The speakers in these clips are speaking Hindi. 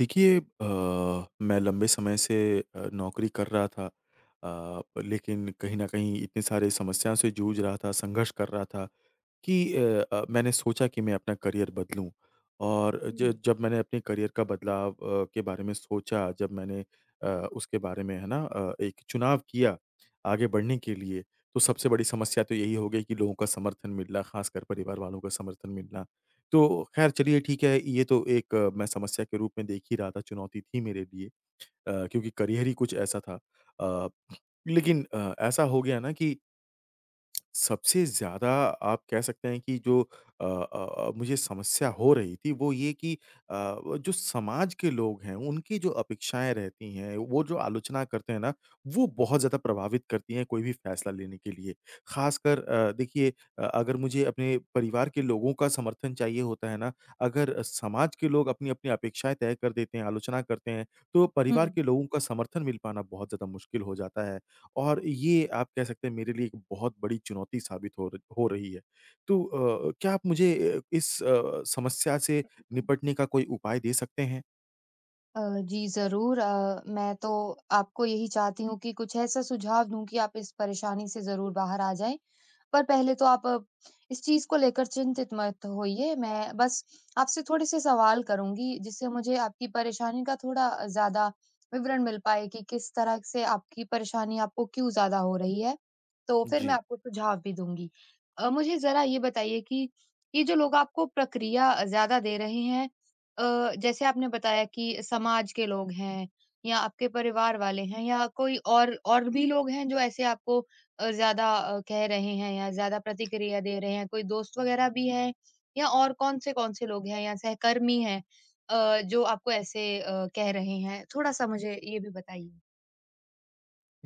देखिए मैं लंबे समय से नौकरी कर रहा था, लेकिन कहीं न कहीं इतने सारे समस्या से जूझ रहा था, संघर्ष कर रहा था कि मैंने सोचा कि मैं अपना करियर बदलूँ। और ज हुँ, जब मैंने अपने करियर का बदलाव के बारे में सोचा, जब मैंने उसके बारे में है ना एक चुनाव किया आगे बढ़ने के लिए, तो सबसे बड़ी समस्या तो यही हो गई कि लोगों का समर्थन मिलना, ख़ासकर परिवार वालों का समर्थन मिलना। तो ख़ैर चलिए ठीक है, ये तो एक मैं समस्या के रूप में देख ही रहा था, चुनौती थी मेरे लिए क्योंकि करियर ही कुछ ऐसा था। अ, लेकिन ऐसा हो गया ना कि सबसे ज़्यादा आप कह सकते हैं कि जो मुझे समस्या हो रही थी वो ये कि अ, व जो समाज के लोग हैं उनकी जो अपेक्षाएँ रहती हैं, वो जो आलोचना करते हैं ना, वो बहुत ज़्यादा प्रभावित करती हैं कोई भी फ़ैसला लेने के लिए। ख़ासकर देखिए, अगर मुझे अपने परिवार के लोगों का समर्थन चाहिए होता है ना, अगर समाज के लोग अपनी-अपनी अपेक्षाएँ तय कर देते हैं, आलोचना करते हैं, तो परिवार हुँ। के लोगों का समर्थन मिल पाना बहुत ज़्यादा मुश्किल हो जाता है। और ये आप कह सकते हैं मेरे लिए एक बहुत बड़ी चुनौती साबित हो रही है। तो क्या आप मुझे इस समस्या से निपटने का कोई उपाय दे सकते हैं? अ, जी ज़रूर, मैं तो आपको यही चाहती हूँ कि कुछ ऐसा सुझाव दूँ कि आप इस परेशानी से ज़रूर बाहर आ जाएँ। पर पहले तो आप इस चीज़ को लेकर चिंतित मत होइए, मैं बस आपसे थोड़े-से सवाल करूँगी, जिससे मुझे आपकी परेशानी का थोड़ा ज़्यादा विवरण मिल पाए कि किस तरह से आपकी परेशानी आपको क्यों ज़्यादा हो रही है, तो फिर मैं जी। आपको सुझाव भी दूँगी। मुझे ज़रा ये बताइए कि ये जो लोग आपको प्रक्रिया ज़्यादा दे रहे हैं, जैसे आपने बताया कि समाज के लोग हैं या आपके परिवार वाले हैं या कोई और भी लोग हैं जो ऐसे आपको ज़्यादा, कह रहे हैं या ज़्यादा प्रतिक्रिया दे रहे हैं? कोई दोस्त वग़ैरह भी हैं या और कौन से लोग हैं या सहकर्मी हैं, जो आपको ऐसे कह रहे हैं? थोड़ा-सा मुझे ये भी बताइए।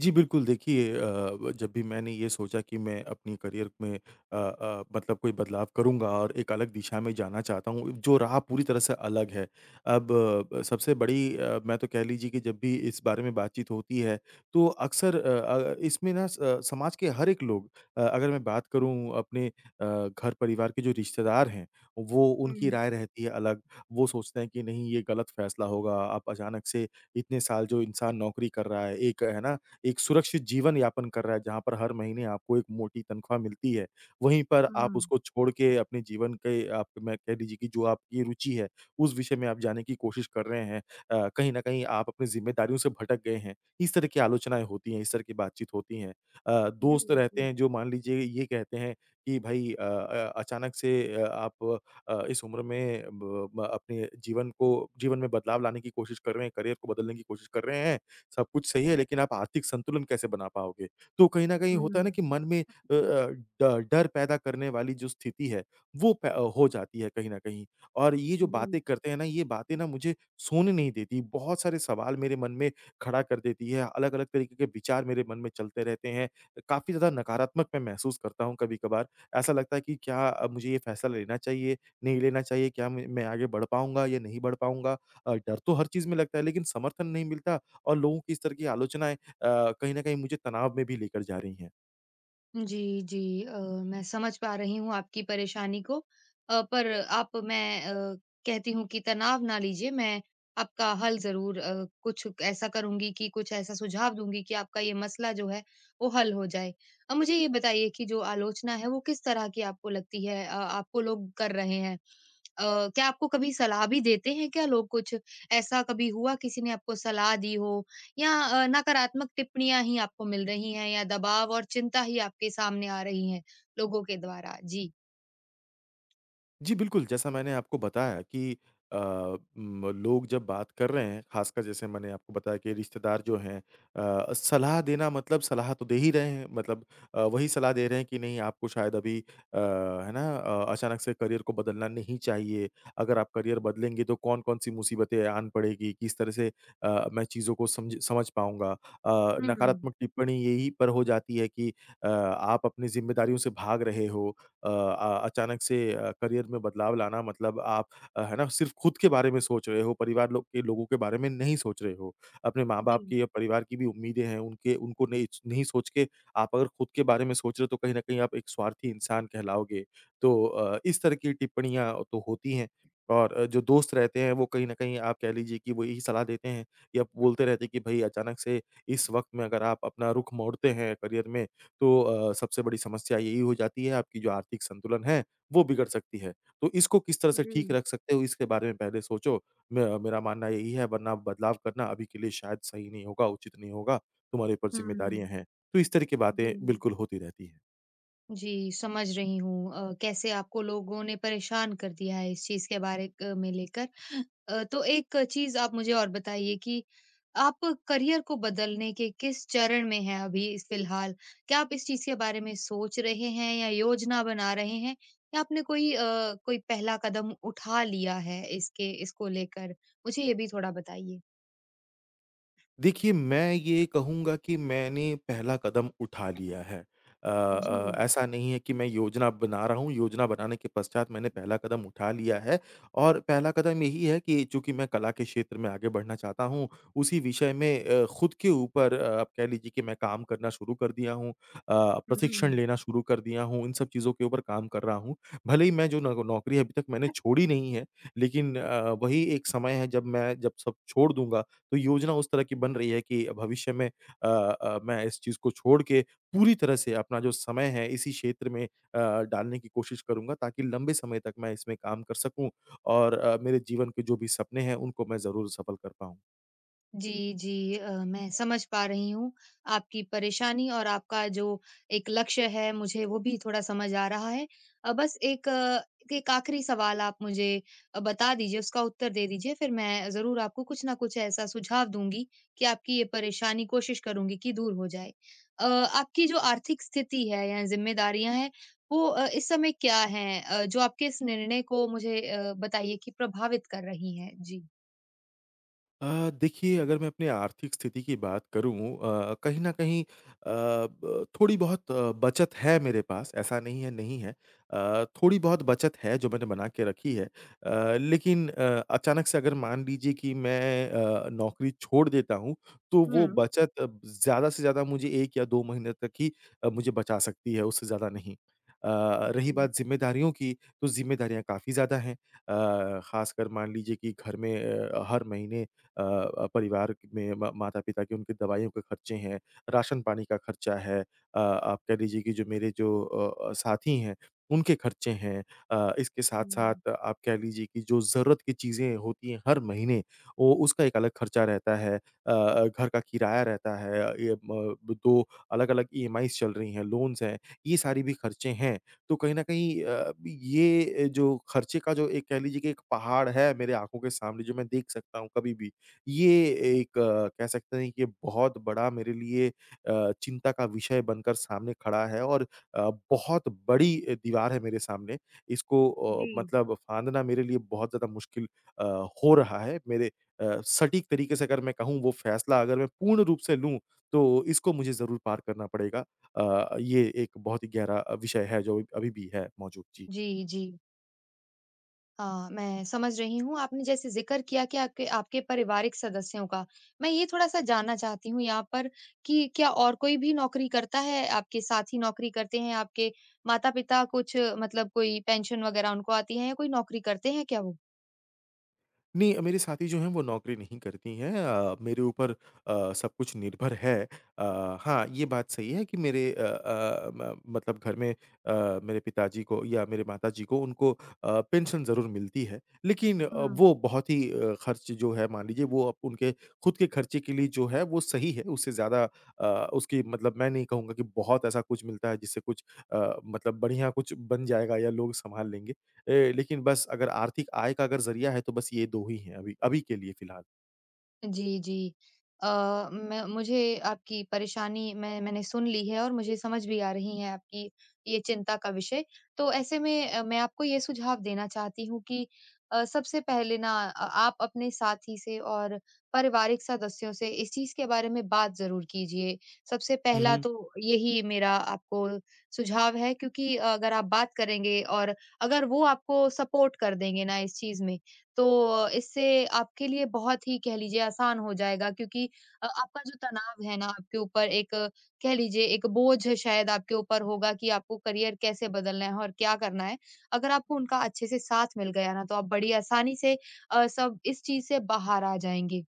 जी, बिल्कुल देखिए, जब भी मैंने ये सोचा कि मैं अपनी करियर में मतलब कोई बदलाव करूँगा और एक अलग दिशा में जाना चाहता हूँ, जो राह पूरी तरह से अलग है। अब सबसे बड़ी मैं तो कह लीजिए कि जब भी इस बारे में बातचीत होती है, तो अक्सर इसमें ना स समाज के हर एक लोग, अगर मैं बात करूँ अपने घर-परिवार के जो रिश्तेदार हैं, वो उनकी हुँ। राय रहती है अलग। वो सोचते हैं कि नहीं, ये गलत फैसला होगा। आप अचानक से इतने साल जो इंसान नौकरी कर रहा है, एक है ना एक सुरक्षित जीवन यापन कर रहा है, जहाँ पर हर महीने आपको एक मोटी तनख्वाह मिलती है। वहीं पर हुँ। आप उसको छोड़ के अपने जीवन के आप मैं कह लीजिए कि जो आपकी रुचि है, उस विषय में आप जाने की कोशिश कर रहे हैं। कहीं न कहीं आप अपनी ज़िम्मेदारियों से भटक गए हैं। इस तरह की आलोचनाएँ होती हैं, इस तरह की बातचीत होती हैं। जी, दोस्त रहते जी। हैं जो मान लीजिए ये कहते हैं कि भाई अचानक से आप इस उम्र में ब ब अपने जीवन को जीवन में बदलाव लाने की कोशिश कर रहे हैं, करियर को बदलने की कोशिश कर रहे हैं। सब कुछ सही है लेकिन आप आर्थिक संतुलन कैसे बना पाओगे? तो कहीं न कहीं होता है ना हुँ। कि मन में ड डर पैदा करने वाली जो स्थिति है, वो हो जाती है कहीं न कहीं। और ये जो जी। बातें करते हैं ना, ये बातें ना मुझे सोने नहीं देती, बहुत सारे सवाल मेरे मन में खड़ा कर देती है, अलग-अलग तरीके के विचार मेरे मन में चलते रहते हैं। काफ़ी ज़्यादा नकारात्मक मैं महसूस करता हूँ कभी-कभार। ऐसा लगता है कि क्या अब मुझे ये फैसला लेना चाहिए, नहीं लेना चाहिए? क्या मैं आगे बढ़ पाऊँगा या नहीं बढ़ पाऊँगा? डर तो हर चीज़ में लगता है लेकिन समर्थन नहीं मिलता और लोगों की इस तरह की आलोचनाएँ कहीं न कहीं मुझे तनाव में भी लेकर जा रही हैं। जी, जी। अ, मैं समझ पा रही हूँ आपकी परेशानी को, पर आप, कहती हूँ कि तनाव ना लीजिए, मैं आपका हल ज़रूर, कुछ ऐसा करूँगी कि कुछ ऐसा सुझाव दूँगी कि आपका ये मसला जो है, वो हल हो जाए। अब मुझे ये बताइए कि जो आलोचना है, वो किस तरह की आपको लगती है? आपको लोग कर रहे हैं? क्या आपको कभी सलाह भी देते हैं क्या लोग कुछ? ऐसा कभी हुआ किसी ने आपको सलाह दी हो या नकारात्मक टिप्पणियाँ ही आपको मिल रही हैं या दबाव और चिंता ही आपके सामने आ रही हैं लोगों के द्वारा? जी। जी, बिल्कुल, जैसा मैंने आपको बताया कि अ, म लोग जब बात कर रहे हैं, खासकर जैसे मैंने आपको बताया कि रिश्तेदार जो हैं, सलाह देना मतलब सलाह तो दे ही रहे हैं, मतलब वही सलाह दे रहे हैं कि नहीं आपको शायद अभी है ना? अचानक से करियर को बदलना नहीं चाहिए। अगर आप करियर बदलेंगे तो कौन-कौन सी मुसीबतें आन पड़ेगी, किस तरह से मैं चीज़ों को समझ समझ पाऊँगा। हुँ, नकारात्मक टिप्पणी यही पर हो जाती है कि आप अपनी ज़िम्मेदारियों से भाग रहे हो, अचानक से करियर में बदलाव लाना मतलब आप है ना सिर्फ़ खुद के बारे में सोच रहे हो, परिवार लोग के लोगों के बारे में नहीं सोच रहे हो। अपने माँ-बाप जी, की या परिवार की भी उम्मीदें हैं, उनके उनको नहीं नहीं सोच के आप अगर खुद के बारे में सोच रहे हो तो कहीं न कहीं आप एक स्वार्थी इंसान कहलाओगे। तो इस तरह की टिप्पणियाँ तो होती हैं और जो दोस्त रहते हैं वो कहीं न कहीं आप कह लीजिए कि वो यही सलाह देते हैं या बोलते रहते हैं कि भई अचानक से इस वक़्त में अगर आप अपना रुख मोड़ते हैं करियर में तो सबसे बड़ी समस्या यही हो जाती है आपकी जो आर्थिक संतुलन है, वो बिगड़ सकती है। तो इसको किस तरह से ठीक जी, रख सकते हो इसके बारे में पहले सोचो। म मेरा मानना यही है वरना बदलाव करना अभी के लिए शायद सही नहीं होगा, उचित नहीं होगा, तुम्हारे ऊपर हुँ, ज़िम्मेदारियाँ हैं। तो इस तरह की जी। बातें बिल्कुल होती रहती हैं। जी, समझ रही हूँ कैसे आपको लोगों ने परेशान कर दिया है इस चीज़ के बारे क में लेकर। तो एक चीज़ आप मुझे और बताइए कि आप करियर को बदलने के किस चरण में हैं अभी इस फ़िलहाल? क्या आप इस चीज़ के बारे में सोच रहे हैं या योजना बना रहे हैं या आपने कोई, कोई पहला कदम उठा लिया है इसके इसको लेकर? मुझे ये भी थोड़ा बताइए। देखिए, मैं ये कहूँगा कि मैंने पहला कदम उठा लिया है। जी, ऐसा नहीं है कि मैं योजना बना रहा हूँ, योजना बनाने के पश्चात मैंने पहला कदम उठा लिया है और पहला कदम यही है कि चूँकि मैं कला के क्षेत्र में आगे बढ़ना चाहता हूँ, उसी विषय में खुद के ऊपर आप कह लीजिए कि मैं काम करना शुरू कर दिया हूँ। प्रशिक्षण हुँ। लेना शुरू कर दिया हूँ, इन सब चीज़ों के ऊपर काम कर रहा हूँ। भले ही मैं जो नौ नौकरी अभी तक मैंने छोड़ी नहीं है, लेकिन वही एक समय है जब मैं जब सब छोड़ दूँगा, तो योजना उस तरह की बन रही है कि भविष्य में मैं इस चीज़ को छोड़ के पूरी तरह से अपना जो समय है इसी क्षेत्र में डालने की कोशिश करूँगा ताकि लंबे समय तक मैं इसमें काम कर सकूँ और मेरे जीवन के जो भी सपने हैं उनको मैं ज़रूर सफल कर पाऊँ। जी, जी। मैं समझ पा रही हूँ आपकी परेशानी और आपका जो एक लक्ष्य है, मुझे वो भी थोड़ा समझ आ रहा है। बस एक आखिरी सवाल आप मुझे बता दीजिए, उसका उत्तर दे दीजिए, फिर मैं ज़रूर आपको कुछ न कुछ ऐसा सुझाव दूँगी कि आपकी ये परेशानी कोशिश करूँगी कि दूर हो जाए। आपकी जो आर्थिक स्थिति है या ज़िम्मेदारियाँ हैं, वो इस समय क्या हैं, जो आपके इस निर्णय को मुझे, बताइए कि प्रभावित कर रही हैं? जी। देखिए अगर मैं अपनी आर्थिक स्थिति की बात करूँ, कहीं न कहीं ब थोड़ी बहुत बचत है मेरे पास, ऐसा नहीं है नहीं है। थोड़ी बहुत बचत है जो मैंने बना के रखी है। लेकिन अचानक से अगर मान लीजिए कि मैं नौकरी छोड़ देता हूँ, तो हुँ, वो बचत ज़्यादा से ज़्यादा मुझे 1 या 2 महीने तक ही मुझे बचा सकती है, उससे ज़्यादा नहीं। अ, रही जी। बात ज़िम्मेदारियों की, तो ज़िम्मेदारियाँ काफ़ी ज़्यादा हैं। ख़ासकर मान लीजिए कि घर में हर महीने परिवार में म माता-पिता के उनके दवाइयों के खर्चे हैं, राशन-पानी का खर्चा है। आप कह लीजिए कि जो मेरे जो साथी हैं, उनके खर्चे हैं। इसके हुँ। साथ-साथ आप कह लीजिए कि जो ज़रूरत की चीज़ें होती हैं हर महीने, वो उसका एक अलग खर्चा रहता है। घर का किराया रहता है। ये म 2 अलग-अलग ईएमआईज़ चल रही हैं, लोन्स हैं, ये सारी भी खर्चे हैं। तो कहीं न कहीं ये जो खर्चे का जो एक कह लीजिए कि एक पहाड़ है मेरे आँखों के सामने जो मैं देख सकता हूँ कभी भी। ये एक कह सकते हैं कि ये बहुत बड़ा मेरे लिए चिंता का विषय बनकर सामने खड़ा है और बहुत बड़ी दीवार है मेरे सामने। इसको जी। मतलब फाँदना मेरे लिए बहुत ज़्यादा मुश्किल अ, हो रहा है। मेरे सटीक तरीके से अगर मैं कहूँ वो फ़ैसला अगर मैं पूर्ण रूप से लूँ, तो इसको मुझे ज़रूर पार करना पड़ेगा। ये एक बहुत ही गहरा विषय है जो अभी भी है मौजूद। जी। जी, जी। हाँ, मैं समझ रही हूँ। आपने जैसे ज़िक्र किया कि आपके आपके पारिवारिक सदस्यों का, मैं ये थोड़ा-सा जानना चाहती हूँ यहाँ पर कि क्या और कोई भी नौकरी करता है? आपके साथी नौकरी करते हैं? आपके माता-पिता कुछ मतलब कोई पेंशन वग़ैरह उनको आती है या कोई नौकरी करते हैं क्या वो? नहीं, मेरे साथी जो हैं वो नौकरी नहीं करती हैं, मेरे ऊपर सब कुछ निर्भर है। हाँ, ये बात सही है कि मेरे म मतलब घर में मेरे पिताजी को या मेरे माताजी को उनको पेंशन ज़रूर मिलती है। लेकिन वो बहुत ही खर्च जो है मान लीजिए वो अब उनके खुद के खर्चे के लिए जो है वो सही है, उससे ज़्यादा अ, उसकी मतलब मैं नहीं कहूँगा कि बहुत ऐसा कुछ मिलता है जिससे कुछ मतलब बढ़िया कुछ बन जाएगा या लोग सँभाल लेंगे। लेकिन बस अगर आर्थिक आय का अगर ज़रिया है तो बस ये 2 ही हैं अभी अभी के लिए फ़िलहाल। जी, जी। अ, मैं मुझे आपकी परेशानी मैंने सुन ली है और मुझे समझ भी आ रही है आपकी ये चिंता का विषय। तो ऐसे में मैं आपको ये सुझाव देना चाहती हूँ कि सबसे पहले ना, आप अपने साथी से और पारिवारिक सदस्यों से इस चीज़ के बारे में बात ज़रूर कीजिए। सबसे पहला हुँ, तो यही मेरा आपको सुझाव है क्योंकि अगर आप बात करेंगे और अगर वो आपको सपोर्ट कर देंगे ना इस चीज़ में तो इससे आपके लिए बहुत ही कह लीजिए आसान हो जाएगा क्योंकि आपका जो तनाव है ना आपके ऊपर एक, कह लीजिए एक बोझ है शायद आपके ऊपर होगा कि आपको करियर कैसे बदलना है और क्या करना है। अगर आपको उनका अच्छे से साथ मिल गया ना तो आप बड़ी आसानी से सब इस चीज़ से बाहर आ जाएँगे।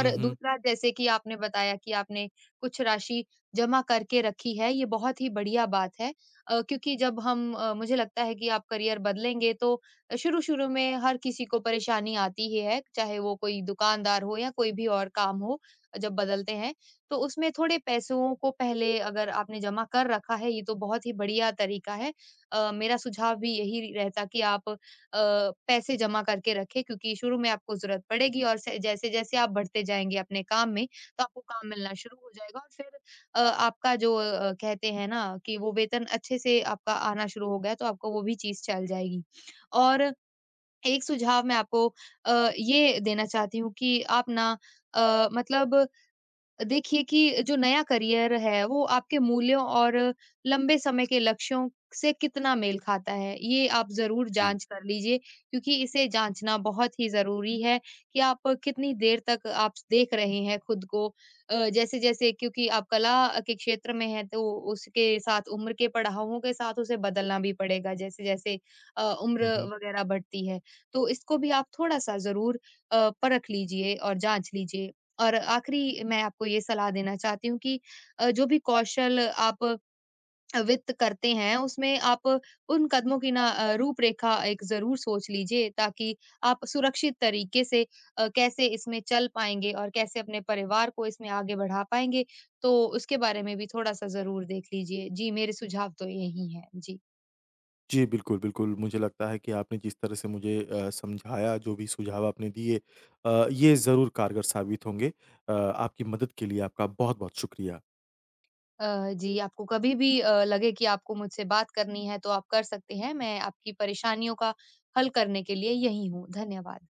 हुँ, हुँ। दूसरा जैसे कि आपने बताया कि आपने कुछ राशि जमा करके रखी है, ये बहुत ही बढ़िया बात है। क्योंकि जब मुझे लगता है कि आप करियर बदलेंगे तो शुरू-शुरू में हर किसी को परेशानी आती ही है, चाहे वो कोई दुकानदार हो या कोई भी और काम हो जब बदलते हैं। तो उसमें थोड़े पैसों को पहले अगर आपने जमा कर रखा है, ये तो बहुत ही बढ़िया तरीका है। मेरा सुझाव भी यही रहता कि आप, अ, पैसे जमा करके रखें क्योंकि शुरू में आपको ज़रूरत पड़ेगी और से जैसे-जैसे आप बढ़ते जाएँगे अपने काम में, तो आपको काम मिलना शुरू हो जाएगा और फिर, आपका जो कहते हैं ना कि वो वेतन अच्छे से आपका आना शुरू हो गया, तो आपको वो भी चीज़ चल जाएगी। और एक सुझाव मैं आपको ये देना चाहती हूँ कि आप ना, मतलब देखिए कि जो नया करियर है, वो आपके मूल्यों और लंबे समय के लक्ष्यों से कितना मेल खाता है, ये आप ज़रूर जी। जाँच कर लीजिए क्योंकि इसे जाँचना बहुत ही ज़रूरी है कि आप कितनी देर तक आप देख रहे हैं खुद को। जैसे-जैसे क्योंकि आप कला के क्षेत्र में हैं, तो उसके साथ उम्र के पड़ावों के साथ उसे बदलना भी पड़ेगा, जैसे-जैसे उम्र हुँ, हुँ। वग़ैरह बढ़ती है। तो इसको भी आप थोड़ा-सा ज़रूर परख लीजिए और जाँच लीजिए। और आखिरी मैं आपको ये सलाह देना चाहती हूँ कि जो भी कौशल आप वित्त करते हैं उसमें आप उन कदमों की ना, रूपरेखा एक जरूर सोच लीजिए ताकि आप सुरक्षित तरीके से कैसे इसमें चल पाएंगे और कैसे अपने परिवार को इसमें आगे बढ़ा पाएंगे तो उसके बारे में भी थोड़ा सा जरूर देख लीजिए। जी, मेरे सुझाव तो यही है। जी, जी, बिल्कुल, बिल्कुल। मुझे लगता है कि आपने जिस तरह से मुझे समझाया, जो भी सुझाव आपने दिए ये ज़रूर कारगर साबित होंगे। आपकी मदद के लिए आपका बहुत-बहुत शुक्रिया। अ, जी, आपको कभी भी लगे कि आपको मुझसे बात करनी है तो आप कर सकते हैं। मैं आपकी परेशानियों का हल करने के लिए यही हूँ। धन्यवाद।